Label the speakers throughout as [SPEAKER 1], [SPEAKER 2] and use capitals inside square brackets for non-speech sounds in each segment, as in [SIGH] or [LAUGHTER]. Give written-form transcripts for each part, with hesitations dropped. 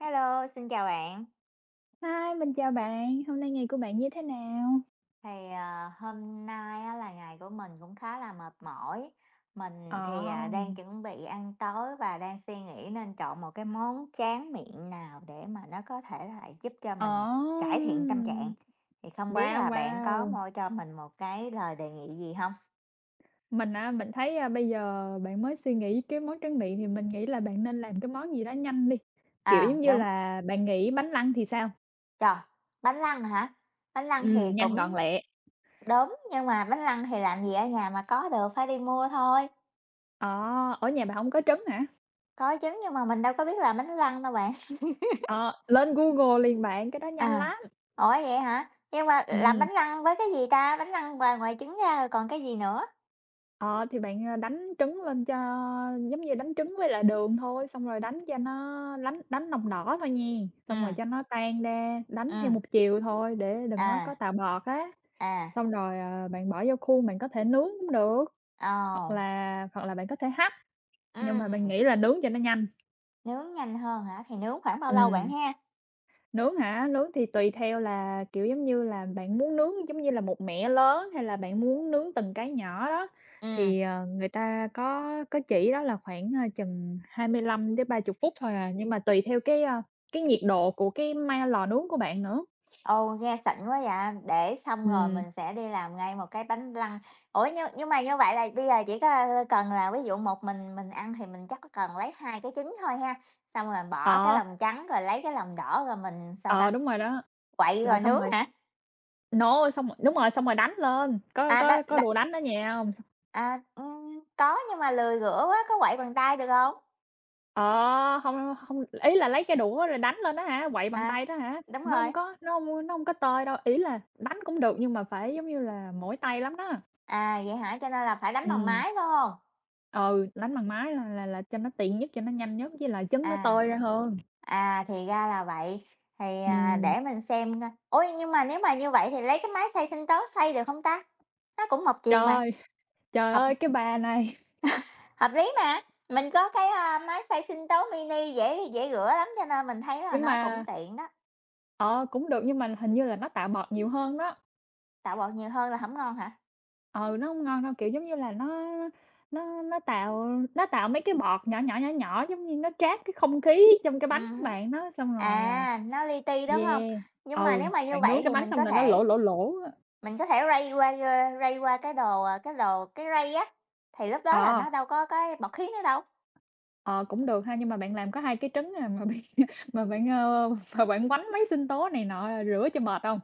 [SPEAKER 1] Hello, xin chào bạn.
[SPEAKER 2] Hi, mình chào bạn, hôm nay ngày của bạn như thế nào?
[SPEAKER 1] Hôm nay á là ngày của mình cũng khá là mệt mỏi.
[SPEAKER 2] Ờ.
[SPEAKER 1] Mình đang chuẩn bị ăn tối và đang suy nghĩ nên chọn một cái món tráng miệng nào để mà nó có thể là giúp cho
[SPEAKER 2] Ờ.
[SPEAKER 1] mình cải thiện tâm trạng. Thì không biết
[SPEAKER 2] Wow,
[SPEAKER 1] là bạn có
[SPEAKER 2] wow!
[SPEAKER 1] mô cho mình một cái lời đề nghị gì không?
[SPEAKER 2] Mình á, mình thấy, bây giờ bạn mới suy nghĩ cái món tráng miệng thì mình nghĩ là bạn nên làm cái món gì đó nhanh đi, kiểu,
[SPEAKER 1] À,
[SPEAKER 2] giống như
[SPEAKER 1] đúng,
[SPEAKER 2] là, bạn nghĩ bánh lăng thì sao?
[SPEAKER 1] trời, bánh lăng hả? Bánh lăng thì
[SPEAKER 2] Nhanh gọn
[SPEAKER 1] cũng
[SPEAKER 2] lẹ.
[SPEAKER 1] đúng, nhưng mà bánh lăng thì làm gì ở nhà mà có được, phải đi mua thôi.
[SPEAKER 2] Ờ, ủa, nhà bạn hông có trứng hả?
[SPEAKER 1] Có trứng nhưng mà mình đâu có biết làm bánh lăng đâu bạn.
[SPEAKER 2] Ờ, lên Google liền bạn, cái đó nhanh
[SPEAKER 1] À,
[SPEAKER 2] lắm.
[SPEAKER 1] ủa vậy hả? Nhưng mà làm
[SPEAKER 2] Ừm.
[SPEAKER 1] bánh lăng với cái gì ta? Bánh lăng ngoài ngoài trứng ra rồi còn cái gì nữa?
[SPEAKER 2] Ờ, thì bạn, đánh trứng lên cho giống như đánh trứng với lại đường thôi, xong rồi đánh cho nó đánh đánh lòng đỏ thôi nha, xong rồi
[SPEAKER 1] Ừm,
[SPEAKER 2] cho nó tan ra, đánh theo
[SPEAKER 1] ừm.
[SPEAKER 2] một chiều thôi để đừng nó có
[SPEAKER 1] À,
[SPEAKER 2] tạo bọt á.
[SPEAKER 1] à,
[SPEAKER 2] Xong rồi, bạn bỏ vô khuôn bạn có thể nướng cũng được, hoặc
[SPEAKER 1] ồ,
[SPEAKER 2] là hoặc là bạn có thể hấp, nhưng mà mình
[SPEAKER 1] ừm,
[SPEAKER 2] nghĩ là nướng cho nó nhanh.
[SPEAKER 1] nướng nhanh hơn hả? Thì nướng khoảng bao lâu bạn
[SPEAKER 2] Ừm.
[SPEAKER 1] ha?
[SPEAKER 2] Nướng hả? Nướng thì tùy theo là, kiểu, giống như là, bạn muốn nướng giống như là một mẻ lớn hay là bạn muốn nướng từng cái nhỏ đó.
[SPEAKER 1] Ừm.
[SPEAKER 2] Thì, người ta có chỉ đó là khoảng, chừng hai mươi lăm đến ba chục phút thôi à, nhưng mà tùy theo cái, cái nhiệt độ của cái lò nướng của bạn nữa.
[SPEAKER 1] Ồ, nghe xịn quá vậy, để xong rồi
[SPEAKER 2] Ừm.
[SPEAKER 1] mình sẽ đi làm ngay một cái bánh lăng. Ủa, nhưng mà như vậy là bây giờ chỉ có, cần là ví dụ một mình ăn thì mình chắc cần lấy 2 cái trứng thôi ha, xong rồi bỏ cái
[SPEAKER 2] Ờ,
[SPEAKER 1] lòng trắng rồi lấy cái lòng đỏ rồi mình sao
[SPEAKER 2] ờ,
[SPEAKER 1] ta,
[SPEAKER 2] đúng rồi đó,
[SPEAKER 1] quậy rồi
[SPEAKER 2] rồi xong
[SPEAKER 1] nướng
[SPEAKER 2] rồi
[SPEAKER 1] hả?
[SPEAKER 2] nổ xong rồi đúng rồi, xong rồi đánh lên, có
[SPEAKER 1] À, đ
[SPEAKER 2] có có đồ đánh ở nhà không?
[SPEAKER 1] Có nhưng mà lười rửa quá, có quậy bằng tay được không?
[SPEAKER 2] Ờ, hông, ý là lấy cái đũa rồi đánh lên á hả? Quậy bằng
[SPEAKER 1] À,
[SPEAKER 2] tay đó hả?
[SPEAKER 1] đúng
[SPEAKER 2] Nó
[SPEAKER 1] rồi.
[SPEAKER 2] hông có nó hông nó hông có tơi đâu, ý là đánh cũng được nhưng mà phải, giống như là, mỏi tay lắm đó.
[SPEAKER 1] À, vậy hả? Cho nên là phải đánh bằng máy,
[SPEAKER 2] Ừm.
[SPEAKER 1] phải không?
[SPEAKER 2] Ừ, đánh bằng máy là cho nó tiện nhất, cho nó nhanh nhất, với lại trứng nó
[SPEAKER 1] À.
[SPEAKER 2] tơi ra hơn.
[SPEAKER 1] À, thì ra là vậy.
[SPEAKER 2] Ừm.
[SPEAKER 1] Để mình xem coi. Ôi nhưng mà nếu mà như vậy thì lấy cái máy xay sinh tố xay được không ta? Nó cũng một chiều mà.
[SPEAKER 2] Trời, trời
[SPEAKER 1] Hợp
[SPEAKER 2] ơi, cái bà này!
[SPEAKER 1] hợp lý mà, mình có máy xay sinh tố mini dễ dễ rửa lắm, cho nên mình thấy là
[SPEAKER 2] Nhưng
[SPEAKER 1] nó cũng
[SPEAKER 2] mà
[SPEAKER 1] tiện đó,
[SPEAKER 2] ờ, cũng được nhưng mà hình như là nó tạo bọt nhiều hơn đó.
[SPEAKER 1] tạo bột nhiều hơn là không ngon hả?
[SPEAKER 2] Ừ, nó hông ngon đâu, kiểu, giống như là, nó nó tạo nó tạo mấy cái bọt nhỏ nhỏ, nhỏ nhỏ, giống như nó trát cái không khí trong cái
[SPEAKER 1] Ừ
[SPEAKER 2] bánh của
[SPEAKER 1] hứm.
[SPEAKER 2] bạn đó, xong rồi, ờ
[SPEAKER 1] À, nó li ti, đúng không?
[SPEAKER 2] Yeah.
[SPEAKER 1] Nhưng mà
[SPEAKER 2] Ừ,
[SPEAKER 1] nếu mà như
[SPEAKER 2] bạn
[SPEAKER 1] vậy
[SPEAKER 2] nướng cái
[SPEAKER 1] thì
[SPEAKER 2] bánh
[SPEAKER 1] mình
[SPEAKER 2] xong
[SPEAKER 1] có
[SPEAKER 2] là nó lỗ,
[SPEAKER 1] thể
[SPEAKER 2] lỗ, lỗ á.
[SPEAKER 1] mình có thể ray qua, ray qua cái đồ, cái đồ cái ray á, thì lúc đó là
[SPEAKER 2] Ờ,
[SPEAKER 1] nó đâu có cái bọt khí nữa đâu.
[SPEAKER 2] ờ, cũng được ha, nhưng mà bạn làm có 2 cái trứng à, mà bạn [LAUGHS] mà bạn, mà bạn quánh mấy sinh tố này nọ rửa cho mệt không?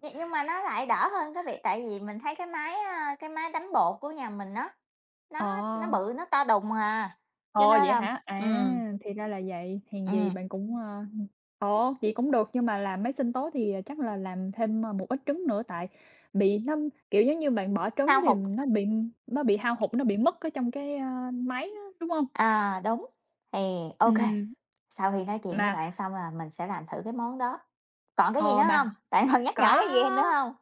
[SPEAKER 1] Nhưng mà nó lại đỡ hơn cái việc tại vì mình thấy cái máy đánh bột của nhà mình nó
[SPEAKER 2] Ờ.
[SPEAKER 1] nó nó bự, nó to đùng à, cho
[SPEAKER 2] Ồ,
[SPEAKER 1] nên
[SPEAKER 2] vậy
[SPEAKER 1] là À.
[SPEAKER 2] hả?
[SPEAKER 1] Ừm,
[SPEAKER 2] À, thì ra là vậy, hèn gì bạn cũng, ơ ồ, vậy cũng được, nhưng mà làm mấy sinh tố thì chắc là làm thêm, một ít trứng nữa tại bị nó kiểu, giống như, bạn bỏ trứng
[SPEAKER 1] hao
[SPEAKER 2] thì
[SPEAKER 1] hụt.
[SPEAKER 2] nó bị hao hụt, nó bị mất ở trong cái, máy á, đúng không?
[SPEAKER 1] À, đúng, thì ok,
[SPEAKER 2] Ừ
[SPEAKER 1] sau khi nói chuyện với
[SPEAKER 2] mà
[SPEAKER 1] bạn xong là mình sẽ làm thử cái món đó. Còn cái gì nữa
[SPEAKER 2] ờ, mà
[SPEAKER 1] không? Bạn còn nhắc nhở
[SPEAKER 2] có,
[SPEAKER 1] cái gì nữa không?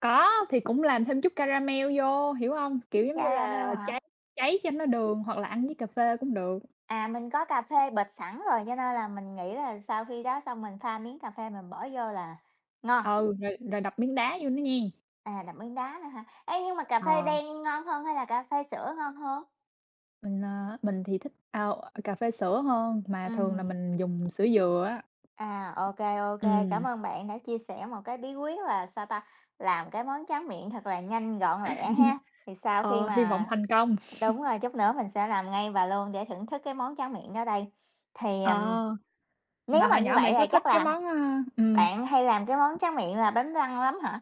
[SPEAKER 2] có, thì cũng làm thêm chút caramel vô, hiểu không? Kiểu, giống
[SPEAKER 1] À.
[SPEAKER 2] như
[SPEAKER 1] Caramel
[SPEAKER 2] là,
[SPEAKER 1] hả?
[SPEAKER 2] cháy cháy cho nó đường hoặc là ăn với cà phê cũng được.
[SPEAKER 1] À, mình có cà phê bịch sẵn rồi, cho nên là mình nghĩ là sau khi đó xong mình pha miếng cà phê mình bỏ vô là ngon,
[SPEAKER 2] Ừ, rồi rồi đập miếng đá vô nó nghen.
[SPEAKER 1] à, đập miếng đá nữa ha. Ê, nhưng mà cà phê
[SPEAKER 2] Ờ.
[SPEAKER 1] đen ngon hơn hay là cà phê sữa ngon hơn?
[SPEAKER 2] Mình, mình thì thích cà phê sữa hơn, mà thường là
[SPEAKER 1] Ừm,
[SPEAKER 2] mình dùng sữa dừa á.
[SPEAKER 1] ok, ok, cảm
[SPEAKER 2] Ừm,
[SPEAKER 1] ơn bạn đã chia sẻ một cái bí quyết là, sao ta, làm cái món tráng miệng thật là nhanh gọn lẹ ha. Thì sau khi
[SPEAKER 2] ờ, hy vọng
[SPEAKER 1] mà
[SPEAKER 2] thành công.
[SPEAKER 1] đúng rồi, chút nữa mình sẽ làm ngay và luôn để thưởng thức cái món tráng miệng đó đây. Thì,
[SPEAKER 2] Ờ,
[SPEAKER 1] ừm, nếu
[SPEAKER 2] mà
[SPEAKER 1] mà
[SPEAKER 2] hồi
[SPEAKER 1] như
[SPEAKER 2] nhỏ
[SPEAKER 1] vậy
[SPEAKER 2] bạn có
[SPEAKER 1] là
[SPEAKER 2] thích
[SPEAKER 1] chắc
[SPEAKER 2] cái
[SPEAKER 1] là
[SPEAKER 2] món, a
[SPEAKER 1] bạn hay làm cái món tráng miệng là bánh răng lắm hả?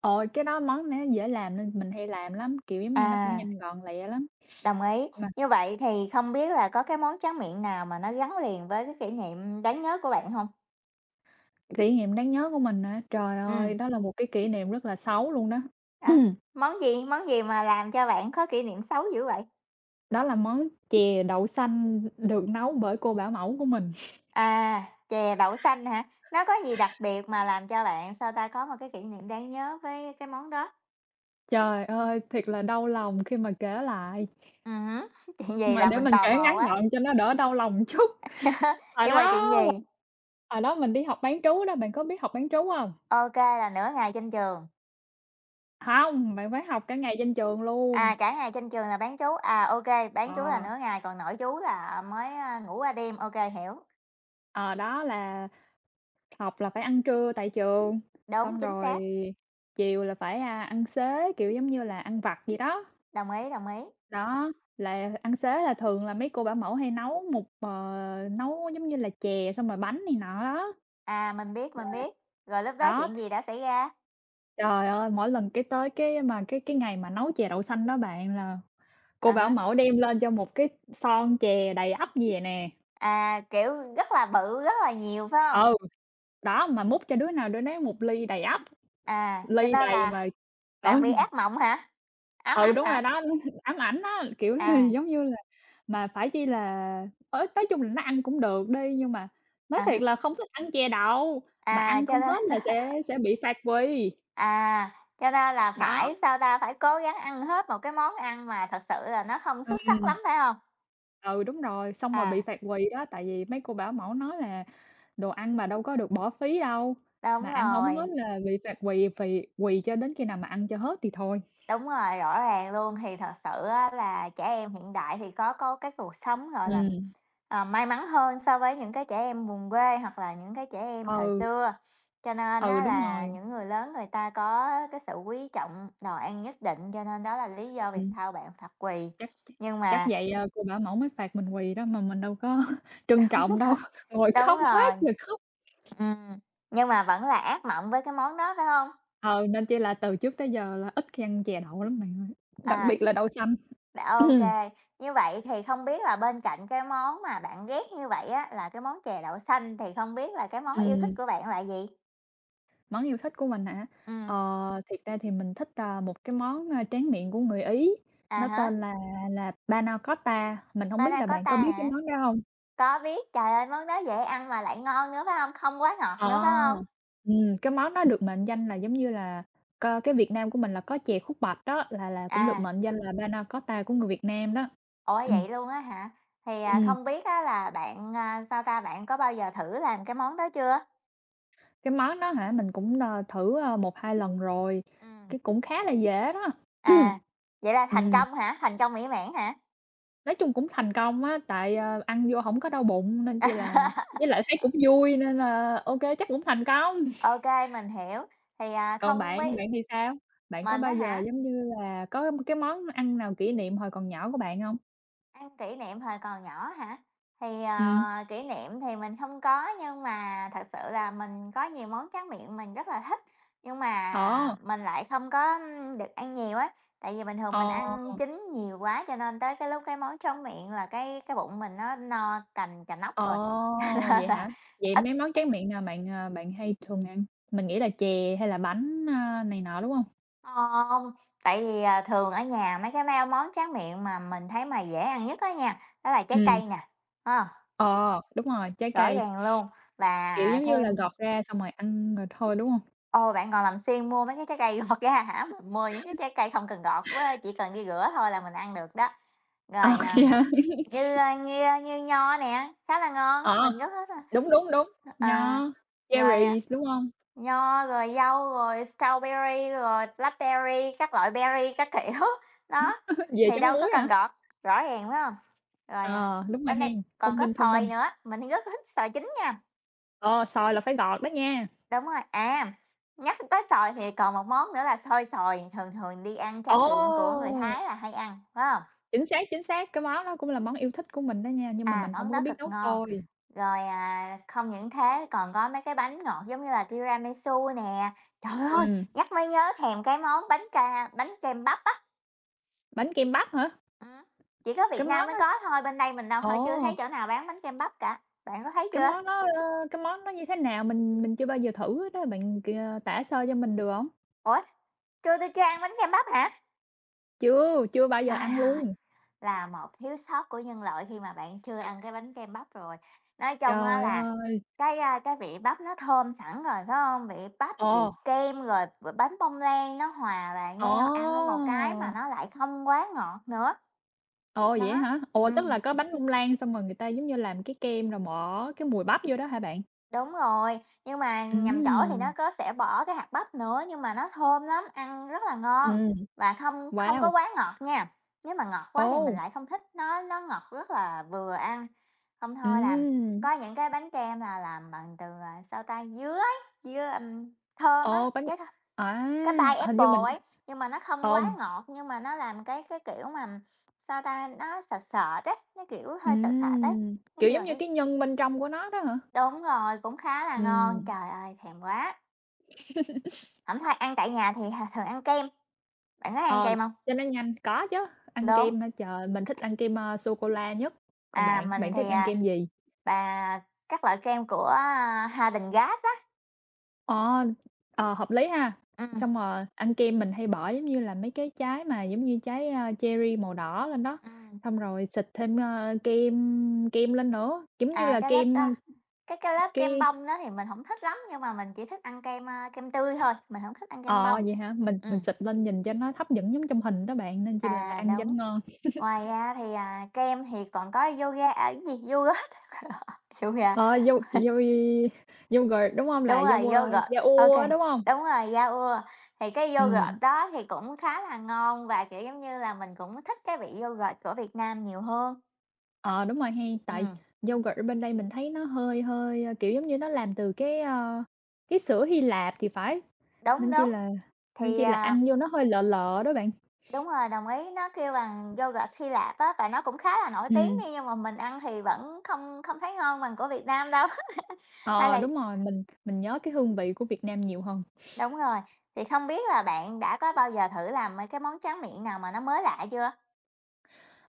[SPEAKER 2] ờ, cái đó món nó dễ làm nên mình hay làm lắm, kiểu, giống như, nó cũng
[SPEAKER 1] À.
[SPEAKER 2] nhanh gọn lẹ lắm.
[SPEAKER 1] Đồng ý.
[SPEAKER 2] Mà
[SPEAKER 1] Như vậy thì không biết là có cái món tráng miệng nào mà nó gắn liền với cái kỷ niệm đáng nhớ của bạn hông?
[SPEAKER 2] kỷ niệm đáng nhớ của mình hả? Trời ơi,
[SPEAKER 1] Ừm,
[SPEAKER 2] đó là một cái kỷ niệm rất là xấu luôn đó. [CLEARS THROAT]
[SPEAKER 1] đó, món gì? Món gì mà làm cho bạn có kỷ niệm xấu dữ vậy?
[SPEAKER 2] Đó là món chè đậu xanh được nấu bởi cô bảo mẫu của mình.
[SPEAKER 1] À, chè đậu xanh hả? Nó có gì đặc biệt mà làm cho bạn, sao ta, có một cái kỷ niệm đáng nhớ với cái món đó?
[SPEAKER 2] Trời ơi, thiệt là đau lòng khi mà kể lại,
[SPEAKER 1] Hứm, [LAUGHS] chuyện gì
[SPEAKER 2] mà
[SPEAKER 1] làm
[SPEAKER 2] để
[SPEAKER 1] mình
[SPEAKER 2] mình
[SPEAKER 1] tò
[SPEAKER 2] kể
[SPEAKER 1] mò
[SPEAKER 2] ngắn
[SPEAKER 1] quá.
[SPEAKER 2] gọn cho nó đỡ đau lòng chút.
[SPEAKER 1] [LAUGHS]
[SPEAKER 2] Hồi
[SPEAKER 1] Nhưng mà
[SPEAKER 2] đó
[SPEAKER 1] chuyện gì?
[SPEAKER 2] hồi đó mình đi học bán trú đó, bạn có biết học bán trú hông?
[SPEAKER 1] Ô kê, là nửa ngày trên trường.
[SPEAKER 2] Hông, bạn phải học cả ngày trên trường luôn.
[SPEAKER 1] À, cả ngày trên trường là bán trú, à, ô kê, bán trú là
[SPEAKER 2] Ờ,
[SPEAKER 1] nửa ngày, còn nội trú là mới, ngủ qua đêm, ô kê, hiểu.
[SPEAKER 2] ờ, đó là học là phải ăn trưa tại trường,
[SPEAKER 1] Đúng,
[SPEAKER 2] xong
[SPEAKER 1] chính
[SPEAKER 2] rồi
[SPEAKER 1] xác.
[SPEAKER 2] chiều là phải, ăn xế, kiểu, giống như là, ăn vặt vậy đó.
[SPEAKER 1] Đồng ý, đồng ý.
[SPEAKER 2] Đó, là ăn xế là thường là mấy cô bảo mẫu hay nấu một nấu giống như là chè xong rồi bánh này nọ đó.
[SPEAKER 1] À, mình biết, mình biết. Rồi lúc đó
[SPEAKER 2] Đó,
[SPEAKER 1] chuyện gì đã xảy ra?
[SPEAKER 2] trời ơi, mỗi lần cái tới cái ngày mà nấu chè đậu xanh đó bạn là cô
[SPEAKER 1] À
[SPEAKER 2] bảo
[SPEAKER 1] há.
[SPEAKER 2] mẫu đem lên cho một cái son chè đầy ắp gì vậy nè.
[SPEAKER 1] À, kiểu, rất là bự, rất là nhiều, phải hông?
[SPEAKER 2] Ừ, đó, mà múc cho đứa nào đứa nấy một ly đầy ắp,
[SPEAKER 1] À, cho
[SPEAKER 2] ly
[SPEAKER 1] nên
[SPEAKER 2] đầy
[SPEAKER 1] là
[SPEAKER 2] mà ừ,
[SPEAKER 1] bạn bị ác mộng hả? Ám
[SPEAKER 2] ừ,
[SPEAKER 1] ảnh
[SPEAKER 2] đúng rồi
[SPEAKER 1] hả?
[SPEAKER 2] đó, [LAUGHS] ám ảnh á, kiểu là,
[SPEAKER 1] À,
[SPEAKER 2] [LAUGHS] giống như là mà phải chi là nói chung là nó ăn cũng được đi, nhưng mà
[SPEAKER 1] à
[SPEAKER 2] nói thiệt
[SPEAKER 1] há.
[SPEAKER 2] là không thích ăn chè đậu, mà
[SPEAKER 1] À,
[SPEAKER 2] ăn
[SPEAKER 1] cho
[SPEAKER 2] không
[SPEAKER 1] nên
[SPEAKER 2] hết là
[SPEAKER 1] [LAUGHS]
[SPEAKER 2] sẽ bị phạt quỳ.
[SPEAKER 1] à, cho nên là
[SPEAKER 2] Đó,
[SPEAKER 1] phải, sao ta, phải cố gắng ăn hết một cái món ăn mà thật sự là nó không xuất
[SPEAKER 2] ừm,
[SPEAKER 1] sắc lắm, phải hông?
[SPEAKER 2] ừ, đúng rồi, xong rồi bị
[SPEAKER 1] À,
[SPEAKER 2] phạt quỳ đó, tại vì mấy cô bảo mẫu nói là đồ ăn mà đâu có được bỏ phí đâu, mà
[SPEAKER 1] đúng
[SPEAKER 2] ăn hổng hết
[SPEAKER 1] rồi,
[SPEAKER 2] là bị phạt quỳ phì quỳ cho đến khi nào mà ăn cho hết thì thôi.
[SPEAKER 1] đúng rồi, rõ ràng luôn. Thì thật sự á là trẻ em hiện đại thì có cái cuộc sống, gọi là
[SPEAKER 2] Ừm.
[SPEAKER 1] Ờ, may mắn hơn so với những cái trẻ em vùng quê hoặc là những cái trẻ em thời
[SPEAKER 2] Ừ,
[SPEAKER 1] xưa. Cho nên
[SPEAKER 2] ừ,
[SPEAKER 1] á
[SPEAKER 2] đúng
[SPEAKER 1] là
[SPEAKER 2] rồi.
[SPEAKER 1] những người lớn người ta có cái sự quý trọng đồ ăn nhất định, cho nên đó là lý do vì
[SPEAKER 2] Ừm.
[SPEAKER 1] sao bạn phạt quỳ.
[SPEAKER 2] Chắc
[SPEAKER 1] Nhưng
[SPEAKER 2] chắc
[SPEAKER 1] mà
[SPEAKER 2] vậy, ờ, cô bảo mẫu mới phạt mình quỳ đó, mà mình đâu có [LAUGHS] trân trọng đâu,
[SPEAKER 1] [LAUGHS]
[SPEAKER 2] ngồi
[SPEAKER 1] đúng
[SPEAKER 2] khóc quá
[SPEAKER 1] rồi,
[SPEAKER 2] trời khóc.
[SPEAKER 1] ừm, nhưng mà vẫn là ác mộng với cái món đó, phải không?
[SPEAKER 2] Ờ, nên chỉ là từ trước tới giờ là ít khi ăn chè đậu lắm bạn ơi, đặc
[SPEAKER 1] À.
[SPEAKER 2] biệt là đậu xanh.
[SPEAKER 1] Đã ô Như vậy thì không biết là bên cạnh cái món mà bạn ghét như vậy á, là cái món chè đậu xanh, thì không biết là cái món yêu thích
[SPEAKER 2] Ừm.
[SPEAKER 1] của bạn là gì?
[SPEAKER 2] Món yêu thích của mình hả?
[SPEAKER 1] Ừm,
[SPEAKER 2] Ờ, thiệt ra thì mình thích, một cái món, tráng miệng của người Ý,
[SPEAKER 1] à
[SPEAKER 2] nó
[SPEAKER 1] há,
[SPEAKER 2] tên là panna cotta, mình không biết là
[SPEAKER 1] có
[SPEAKER 2] bạn có
[SPEAKER 1] ta
[SPEAKER 2] biết cái
[SPEAKER 1] hả?
[SPEAKER 2] món đó không?
[SPEAKER 1] Có biết, trời ơi, món đó dễ ăn mà lại ngon nữa, phải hông? Không quá ngọt
[SPEAKER 2] Ờ,
[SPEAKER 1] nữa, phải hông?
[SPEAKER 2] cái món đó được mệnh danh là giống như là cái Việt Nam của mình là có chè khúc bạch đó, là cũng được
[SPEAKER 1] À,
[SPEAKER 2] mệnh danh là panna cotta của người Việt Nam đó.
[SPEAKER 1] ủa,
[SPEAKER 2] Ừm,
[SPEAKER 1] vậy luôn á hả?
[SPEAKER 2] ừm,
[SPEAKER 1] Không biết á là bạn, à, sao ta, bạn có bao giờ thử làm cái món đó chưa?
[SPEAKER 2] cái món đó hả, mình cũng, ờ, thử, 1-2 lần rồi,
[SPEAKER 1] Ừm,
[SPEAKER 2] cái cũng khá là dễ đó.
[SPEAKER 1] à,
[SPEAKER 2] [CLEARS THROAT]
[SPEAKER 1] vậy là thành
[SPEAKER 2] Ừm.
[SPEAKER 1] công hả? Thành công mỹ mãn hả?
[SPEAKER 2] Nói chung cũng thành công á, tại, ờ, ăn vô hổng có đau bụng nên chi là với
[SPEAKER 1] [LAUGHS]
[SPEAKER 2] lại thấy cũng vui nên là ô kê chắc cũng thành công.
[SPEAKER 1] Ô
[SPEAKER 2] [LAUGHS]
[SPEAKER 1] kê, mình hiểu.
[SPEAKER 2] Còn
[SPEAKER 1] Không
[SPEAKER 2] bạn,
[SPEAKER 1] biết
[SPEAKER 2] bạn thì sao? Bạn có
[SPEAKER 1] mình á
[SPEAKER 2] bao giờ,
[SPEAKER 1] hả?
[SPEAKER 2] giống như là, có cái món ăn nào kỷ niệm hồi còn nhỏ của bạn hông?
[SPEAKER 1] Ăn kỷ niệm thời còn nhỏ hả?
[SPEAKER 2] Ừm,
[SPEAKER 1] Kỷ niệm thì mình không có, nhưng mà thật sự là mình có nhiều món tráng miệng mình rất là thích, nhưng mà
[SPEAKER 2] ờ,
[SPEAKER 1] mình lại không có, được ăn nhiều á. Tại vì bình thường mình
[SPEAKER 2] ờ,
[SPEAKER 1] ăn chín nhiều quá, cho nên tới cái lúc cái món tráng miệng là cái bụng mình nó no cành cà nóc
[SPEAKER 2] ờ,
[SPEAKER 1] rồi, [LAUGHS] cho nên
[SPEAKER 2] vậy
[SPEAKER 1] là
[SPEAKER 2] hả? Vậy
[SPEAKER 1] ít
[SPEAKER 2] mấy món tráng miệng nào bạn, ờ, bạn hay thường ăn? Mình nghĩ là chè hay là bánh, này nọ, đúng hông?
[SPEAKER 1] hôm. Thường ở nhà mấy cái mao món tráng miệng mà mình thấy mà dễ ăn nhất đó nha, đó là trái
[SPEAKER 2] Ừm,
[SPEAKER 1] cây nè, ha,
[SPEAKER 2] ờ, đúng rồi, trái
[SPEAKER 1] rõ
[SPEAKER 2] cây,
[SPEAKER 1] ràng luôn.
[SPEAKER 2] kiểu,
[SPEAKER 1] Và
[SPEAKER 2] giống như là,
[SPEAKER 1] thêm
[SPEAKER 2] gọt ra xong rồi ăn rồi thôi, đúng hông?
[SPEAKER 1] Ồ, bạn còn làm siêng mua mấy cái trái cây gọt ra hả? Mình mua những cái trái cây không cần gọt với chỉ cần đi rửa thôi là mình ăn được đó.
[SPEAKER 2] Ờ,
[SPEAKER 1] Rồi,
[SPEAKER 2] [LAUGHS]
[SPEAKER 1] à,
[SPEAKER 2] vậy hả?
[SPEAKER 1] như, như nho nè, khá là ngon,
[SPEAKER 2] Ờ.
[SPEAKER 1] mình rất thích,
[SPEAKER 2] Đúng, đúng, đúng,
[SPEAKER 1] a, à,
[SPEAKER 2] nho,
[SPEAKER 1] rồi, à,
[SPEAKER 2] cherries, đúng hông?
[SPEAKER 1] nho, rồi dâu, rồi strawberry, rồi blackberry, các loại berry các kiểu, [LAUGHS] đó,
[SPEAKER 2] [LAUGHS] Về
[SPEAKER 1] thì
[SPEAKER 2] chấm
[SPEAKER 1] đâu có
[SPEAKER 2] muối
[SPEAKER 1] cần
[SPEAKER 2] hả?
[SPEAKER 1] gọt, rõ ràng, phải hông? Rồi, à,
[SPEAKER 2] Ờ, đúng rồi
[SPEAKER 1] bên đây
[SPEAKER 2] hen,
[SPEAKER 1] còn
[SPEAKER 2] thông
[SPEAKER 1] có
[SPEAKER 2] minh, thông
[SPEAKER 1] xoài
[SPEAKER 2] minh.
[SPEAKER 1] nữa, mình rất thích xoài chín nha.
[SPEAKER 2] Ờ, xoài là phải ngọt đó nha.
[SPEAKER 1] Đúng rồi. Nhắc tới xồi thì còn một món nữa là xôi xoài, thường thường đi ăn
[SPEAKER 2] Ồ!
[SPEAKER 1] tráng miệng của người Thái là hay ăn, phải hông?
[SPEAKER 2] Chính xác, cái món đó cũng là món yêu thích của mình đó nha, nhưng mà
[SPEAKER 1] À,
[SPEAKER 2] mình
[SPEAKER 1] món
[SPEAKER 2] hổng có
[SPEAKER 1] đó
[SPEAKER 2] biết
[SPEAKER 1] cực
[SPEAKER 2] nấu
[SPEAKER 1] ngon,
[SPEAKER 2] xôi.
[SPEAKER 1] không những thế còn có mấy cái bánh ngọt giống như là tiramisu nè. Trời ơi,
[SPEAKER 2] Ừm,
[SPEAKER 1] nhắc mới nhớ thèm cái món bánh kem bắp á,
[SPEAKER 2] bánh kem bắp hả?
[SPEAKER 1] ừm, chỉ có Việt
[SPEAKER 2] Cái
[SPEAKER 1] Nam
[SPEAKER 2] món
[SPEAKER 1] mới
[SPEAKER 2] đó
[SPEAKER 1] có thôi, bên đây mình đâu hơi chưa
[SPEAKER 2] ồ,
[SPEAKER 1] thấy chỗ nào bán bánh kem bắp cả, bạn có thấy
[SPEAKER 2] cái
[SPEAKER 1] chưa?
[SPEAKER 2] món đó, ơ, cái món đó như thế nào? Mình chưa bao giờ thử hết á, bạn c tả sơ cho mình được hông?
[SPEAKER 1] Ủa, chưa ăn bánh kem bắp hả?
[SPEAKER 2] Chưa, chưa bao giờ
[SPEAKER 1] Trời
[SPEAKER 2] ăn
[SPEAKER 1] ơi!
[SPEAKER 2] luôn.
[SPEAKER 1] Là một thiếu sót của nhân loại khi mà bạn chưa ăn cái bánh kem bắp rồi. Nói chung á
[SPEAKER 2] Trời
[SPEAKER 1] là
[SPEAKER 2] ơi!
[SPEAKER 1] cái vị bắp nó thơm sẵn rồi, phải không? Vị bắp, vị
[SPEAKER 2] Ờ,
[SPEAKER 1] kem, rồi bánh bông lan nó hòa vào
[SPEAKER 2] ồ!
[SPEAKER 1] nhau, ăn một cái mà nó lại không quá ngọt nữa.
[SPEAKER 2] Ồ, vậy
[SPEAKER 1] Đó,
[SPEAKER 2] hả? Ủa, tức
[SPEAKER 1] ừm.
[SPEAKER 2] là có bánh bông lan xong rồi người ta, giống như, làm cái kem rồi bỏ cái mùi bắp vô đó hả bạn?
[SPEAKER 1] Đúng rồi, nhưng mà nhầm chỗ thì nó
[SPEAKER 2] Ừm,
[SPEAKER 1] có sẽ bỏ cái hạt bắp nữa, nhưng mà nó thơm lắm, ăn rất là ngon
[SPEAKER 2] ừm,
[SPEAKER 1] và không không có
[SPEAKER 2] wow,
[SPEAKER 1] quá ngọt nha. Nếu mà ngọt quá thì mình
[SPEAKER 2] ồ,
[SPEAKER 1] lại không thích, nó ngọt rất là vừa ăn. Không thôi làm
[SPEAKER 2] ừm,
[SPEAKER 1] có những cái bánh kem là làm bằng từ, à, sao ta, dứa ấy, dứa, thơm á,
[SPEAKER 2] ồ, bánh à,
[SPEAKER 1] cái pie
[SPEAKER 2] hình
[SPEAKER 1] apple
[SPEAKER 2] như mình
[SPEAKER 1] ấy, nhưng mà nó không quá
[SPEAKER 2] ồ,
[SPEAKER 1] ngọt, nhưng mà nó làm cái kiểu mà, sao ta, nó sệt sệt ấy, nó, kiểu, hơi sệt sệt ấy, nó
[SPEAKER 2] kiểu,
[SPEAKER 1] kêu
[SPEAKER 2] giống
[SPEAKER 1] bằng
[SPEAKER 2] như
[SPEAKER 1] cái
[SPEAKER 2] cái nhân bên trong của nó đó hả?
[SPEAKER 1] Đúng rồi, cũng khá là ngon.
[SPEAKER 2] Ừm,
[SPEAKER 1] Trời ơi, thèm quá! Hổng thôi ăn tại nhà thì hà thường ăn kem, bạn có ăn
[SPEAKER 2] ờ,
[SPEAKER 1] kem không?
[SPEAKER 2] cho nó nhanh, có chứ, ăn
[SPEAKER 1] Đúng,
[SPEAKER 2] kem hả? Trời, mình thích ăn kem, ờ, sô cô la nhất, còn
[SPEAKER 1] à,
[SPEAKER 2] bạn,
[SPEAKER 1] mình
[SPEAKER 2] bạn thích
[SPEAKER 1] thì,
[SPEAKER 2] ăn
[SPEAKER 1] à,
[SPEAKER 2] kem gì?
[SPEAKER 1] bà các loại kem của Häagen-Dazs á,
[SPEAKER 2] Ờ, ờ, hợp lý ha.
[SPEAKER 1] ừm,
[SPEAKER 2] Xong rồi ăn kem mình hay bỏ giống như là mấy cái trái mà giống như trái, cherry màu đỏ lên đó,
[SPEAKER 1] ừm,
[SPEAKER 2] xong rồi xịt thêm, kem kem lên nữa, giống như là
[SPEAKER 1] cái lớp
[SPEAKER 2] kem, ơ,
[SPEAKER 1] đó cái lớp kem
[SPEAKER 2] cái
[SPEAKER 1] bông đó thì mình không thích lắm, nhưng mà mình chỉ thích ăn kem tươi thôi, mình không thích ăn kem
[SPEAKER 2] ờ,
[SPEAKER 1] bông.
[SPEAKER 2] vậy hả? Mình
[SPEAKER 1] Ừm,
[SPEAKER 2] xịt lên nhìn cho nó hấp dẫn giống trong hình đó bạn, nên chỉ là ăn cho nó
[SPEAKER 1] đúng.
[SPEAKER 2] ngon.
[SPEAKER 1] Ngoài ra thì kem thì còn có yoga à, cái gì, yoghurt [LAUGHS] yoga.
[SPEAKER 2] Ờ, dâu dâu y yogurt, đúng không?
[SPEAKER 1] Đúng
[SPEAKER 2] Là
[SPEAKER 1] rồi,
[SPEAKER 2] dâu,
[SPEAKER 1] yogurt,
[SPEAKER 2] da
[SPEAKER 1] ô
[SPEAKER 2] ua
[SPEAKER 1] kê,
[SPEAKER 2] á, đúng không?
[SPEAKER 1] đúng rồi, Yaourt. Thì cái
[SPEAKER 2] Ừm.
[SPEAKER 1] yogurt đó thì cũng khá là ngon và, kiểu, giống như là, mình cũng thích cái vị yogurt của Việt Nam nhiều hơn.
[SPEAKER 2] Ờ, đúng rồi hay tại
[SPEAKER 1] Ừm,
[SPEAKER 2] yogurt ở bên đây mình thấy nó hơi hơi, kiểu, giống như, nó làm từ cái, cái sữa Hy Lạp thì phải,
[SPEAKER 1] đúng,
[SPEAKER 2] nên chi
[SPEAKER 1] đúng.
[SPEAKER 2] là nên
[SPEAKER 1] Thì,
[SPEAKER 2] chi là
[SPEAKER 1] à
[SPEAKER 2] ăn vô nó hơi lợ lợ đó bạn.
[SPEAKER 1] Đúng rồi, đồng ý, nó kêu bằng yogurt Hy Lạp á, và nó cũng khá là nổi tiếng
[SPEAKER 2] Ừm.
[SPEAKER 1] đi, nhưng mà mình ăn thì vẫn không không thấy ngon bằng của Việt Nam đâu. [LAUGHS] Hay
[SPEAKER 2] Ờ,
[SPEAKER 1] là
[SPEAKER 2] đúng rồi, mình nhớ cái hương vị của Việt Nam nhiều hơn.
[SPEAKER 1] đúng rồi, thì không biết là bạn đã có bao giờ thử làm, cái món tráng miệng nào mà nó mới lạ chưa?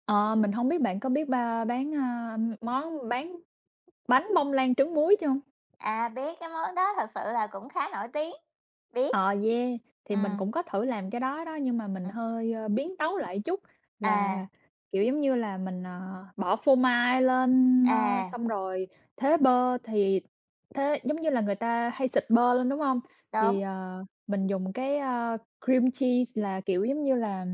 [SPEAKER 2] Ờ, mình không biết bạn có biết bán, món bán bánh bông lan trứng muối chưa?
[SPEAKER 1] À, biết cái món đó thật sự là cũng khá nổi tiếng. Biết,
[SPEAKER 2] Ờ, yeah, thì mình
[SPEAKER 1] ừm,
[SPEAKER 2] cũng có thử làm cái đó đó, nhưng mà mình
[SPEAKER 1] ừm.
[SPEAKER 2] hơi, biến tấu lại chút là,
[SPEAKER 1] À,
[SPEAKER 2] kiểu, giống như là, mình, ờ, bỏ phô mai lên,
[SPEAKER 1] à,
[SPEAKER 2] xong rồi thế bơ thì thế giống như là người ta hay xịt bơ lên, đúng không?
[SPEAKER 1] đúng.
[SPEAKER 2] Thì, ờ, mình dùng cái, cream cheese là, kiểu, giống như là,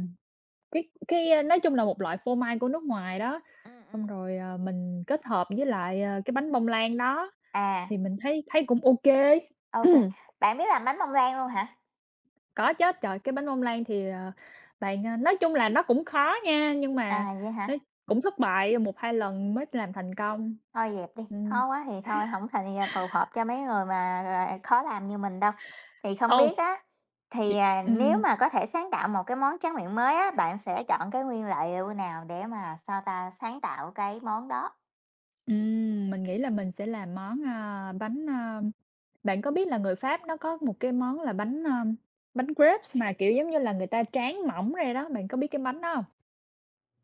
[SPEAKER 2] nói chung là một loại phô mai của nước ngoài đó,
[SPEAKER 1] Ừm,
[SPEAKER 2] xong
[SPEAKER 1] ừm.
[SPEAKER 2] rồi, ờ, mình kết hợp với lại, ờ, cái bánh bông lan đó
[SPEAKER 1] À,
[SPEAKER 2] thì mình thấy thấy cũng ok.
[SPEAKER 1] ok.
[SPEAKER 2] [CLEARS THROAT]
[SPEAKER 1] Bạn biết làm bánh bông lan luôn hả?
[SPEAKER 2] Có chứ, trời, cái bánh bông lan thì, ờ, bạn, ờ nói chung là nó cũng khó nha, nhưng mà
[SPEAKER 1] À, vậy
[SPEAKER 2] nó
[SPEAKER 1] hả?
[SPEAKER 2] cũng thất bại một 2 lần mới làm thành công.
[SPEAKER 1] Thôi dẹp đi,
[SPEAKER 2] Ừm.
[SPEAKER 1] khó quá thì thôi, không thành ra phù hợp cho mấy người mà, à, khó làm như mình đâu. Thì không
[SPEAKER 2] Ừ.
[SPEAKER 1] biết á, thì,
[SPEAKER 2] Chị
[SPEAKER 1] à, Nếu
[SPEAKER 2] ừm,
[SPEAKER 1] mà có thể sáng tạo một cái món tráng miệng mới á, bạn sẽ chọn cái nguyên liệu nào để mà, sao ta, sáng tạo cái món đó?
[SPEAKER 2] mình nghĩ là mình sẽ làm món, bánh, bạn có biết là người Pháp nó có một cái món là bánh, bánh crepes mà, kiểu, giống như là người ta tráng mỏng ra đó, bạn có biết cái bánh đó hông?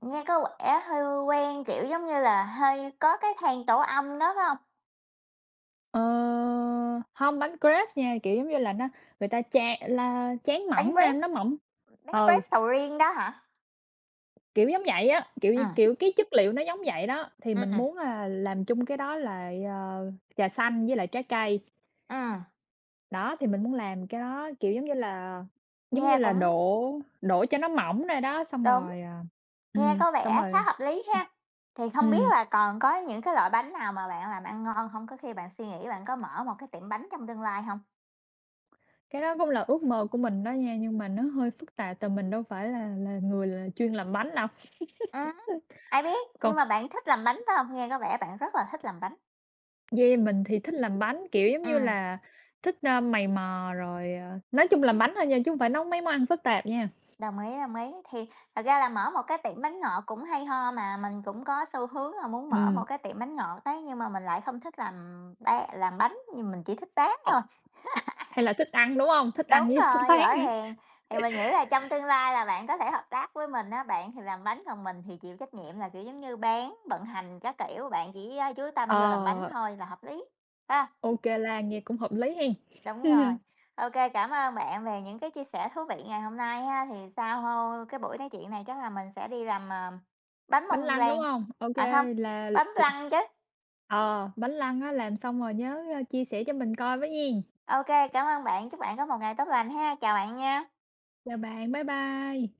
[SPEAKER 1] Nghe có vẻ hơi quen, kiểu, giống như là, hơi có cái than tổ ong đó, phải hông?
[SPEAKER 2] Ờ, hông, bánh crepes nha, kiểu, giống như là, nó người ta cha la tráng
[SPEAKER 1] Bánh
[SPEAKER 2] mỏng ra,
[SPEAKER 1] rếp,
[SPEAKER 2] nó mỏng
[SPEAKER 1] bánh
[SPEAKER 2] ừ.
[SPEAKER 1] rếp sầu riêng đó hả?
[SPEAKER 2] Kiểu giống vậy á, kiểu như
[SPEAKER 1] Ừm,
[SPEAKER 2] kiểu, cái chất liệu nó giống vậy đó, thì mình
[SPEAKER 1] ừm,
[SPEAKER 2] muốn, làm chung cái đó là, ờ, trà xanh với lại trái cây.
[SPEAKER 1] ừm.
[SPEAKER 2] Đó, thì mình muốn làm cái đó, kiểu, giống như
[SPEAKER 1] Nghe
[SPEAKER 2] là,
[SPEAKER 1] cũng
[SPEAKER 2] đổ đổ cho nó mỏng ra đó, xong
[SPEAKER 1] đúng,
[SPEAKER 2] rồi,
[SPEAKER 1] nghe có
[SPEAKER 2] xong
[SPEAKER 1] vẻ khá
[SPEAKER 2] rồi
[SPEAKER 1] hợp lý
[SPEAKER 2] ừm.
[SPEAKER 1] ha. Thì không biết
[SPEAKER 2] Ừm,
[SPEAKER 1] là còn có những cái loại bánh nào mà bạn làm ăn ngon không? Có khi bạn suy nghĩ bạn có mở một cái tiệm bánh trong tương lai không?
[SPEAKER 2] cái đó cũng là ước mơ của mình đó nha, nhưng mà nó hơi phức tạp tại mình đâu phải là người chuyên làm bánh đâu.
[SPEAKER 1] Ừm,
[SPEAKER 2] [LAUGHS]
[SPEAKER 1] ai biết, nhưng
[SPEAKER 2] Còn
[SPEAKER 1] mà bạn thích làm bánh, phải không? Nghe có vẻ bạn rất là thích làm bánh.
[SPEAKER 2] Yeah, mình thì thích làm bánh, kiểu, giống như
[SPEAKER 1] Ừm,
[SPEAKER 2] là, thích, mày mò rồi, ờ, nói chung làm bánh thôi nha, chứ không phải nấu mấy món ăn phức tạp nha.
[SPEAKER 1] đồng ý, đồng ý. Thì thật ra là mở một cái tiệm bánh ngọt cũng hay ho mà, mình cũng có xu hướng là muốn mở một
[SPEAKER 2] Ừ.
[SPEAKER 1] cái tiệm bánh ngọt đấy, nhưng mà mình lại không thích làm làm bánh, nhưng mình chỉ thích bán
[SPEAKER 2] Ờ,
[SPEAKER 1] thôi.
[SPEAKER 2] hay là thích ăn, đúng không? Thích ăn
[SPEAKER 1] Đúng
[SPEAKER 2] với [LAUGHS] thích
[SPEAKER 1] rồi,
[SPEAKER 2] bán
[SPEAKER 1] rõ
[SPEAKER 2] hả?
[SPEAKER 1] ràng. Thì mình nghĩ là trong tương lai là bạn có thể hợp tác với mình á, bạn thì làm bánh, còn mình thì chịu trách nhiệm là, kiểu, giống như, bán, vận hành các kiểu, bạn chỉ, chú tâm vô làm bánh
[SPEAKER 2] Ờ,
[SPEAKER 1] thôi là hợp lý, ha.
[SPEAKER 2] ô kê nghe cũng hợp lý hen.
[SPEAKER 1] Đúng rồi.
[SPEAKER 2] [LAUGHS]
[SPEAKER 1] Ok, cảm ơn bạn về những cái chia sẻ thú vị ngày hôm nay ha. Thì sau hô cái buổi nói chuyện này chắc là mình sẽ đi làm, bánh
[SPEAKER 2] Bánh
[SPEAKER 1] bông
[SPEAKER 2] lăng, đúng
[SPEAKER 1] lan
[SPEAKER 2] không? Ok,
[SPEAKER 1] à, không,
[SPEAKER 2] là
[SPEAKER 1] bánh lăng chứ.
[SPEAKER 2] ờ, bánh lăng á, làm xong rồi nhớ, chia sẻ cho mình coi với nghen.
[SPEAKER 1] Ok, cảm ơn bạn, chúc bạn có một ngày tốt lành ha. Chào bạn nha.
[SPEAKER 2] Chào bạn, bye bye.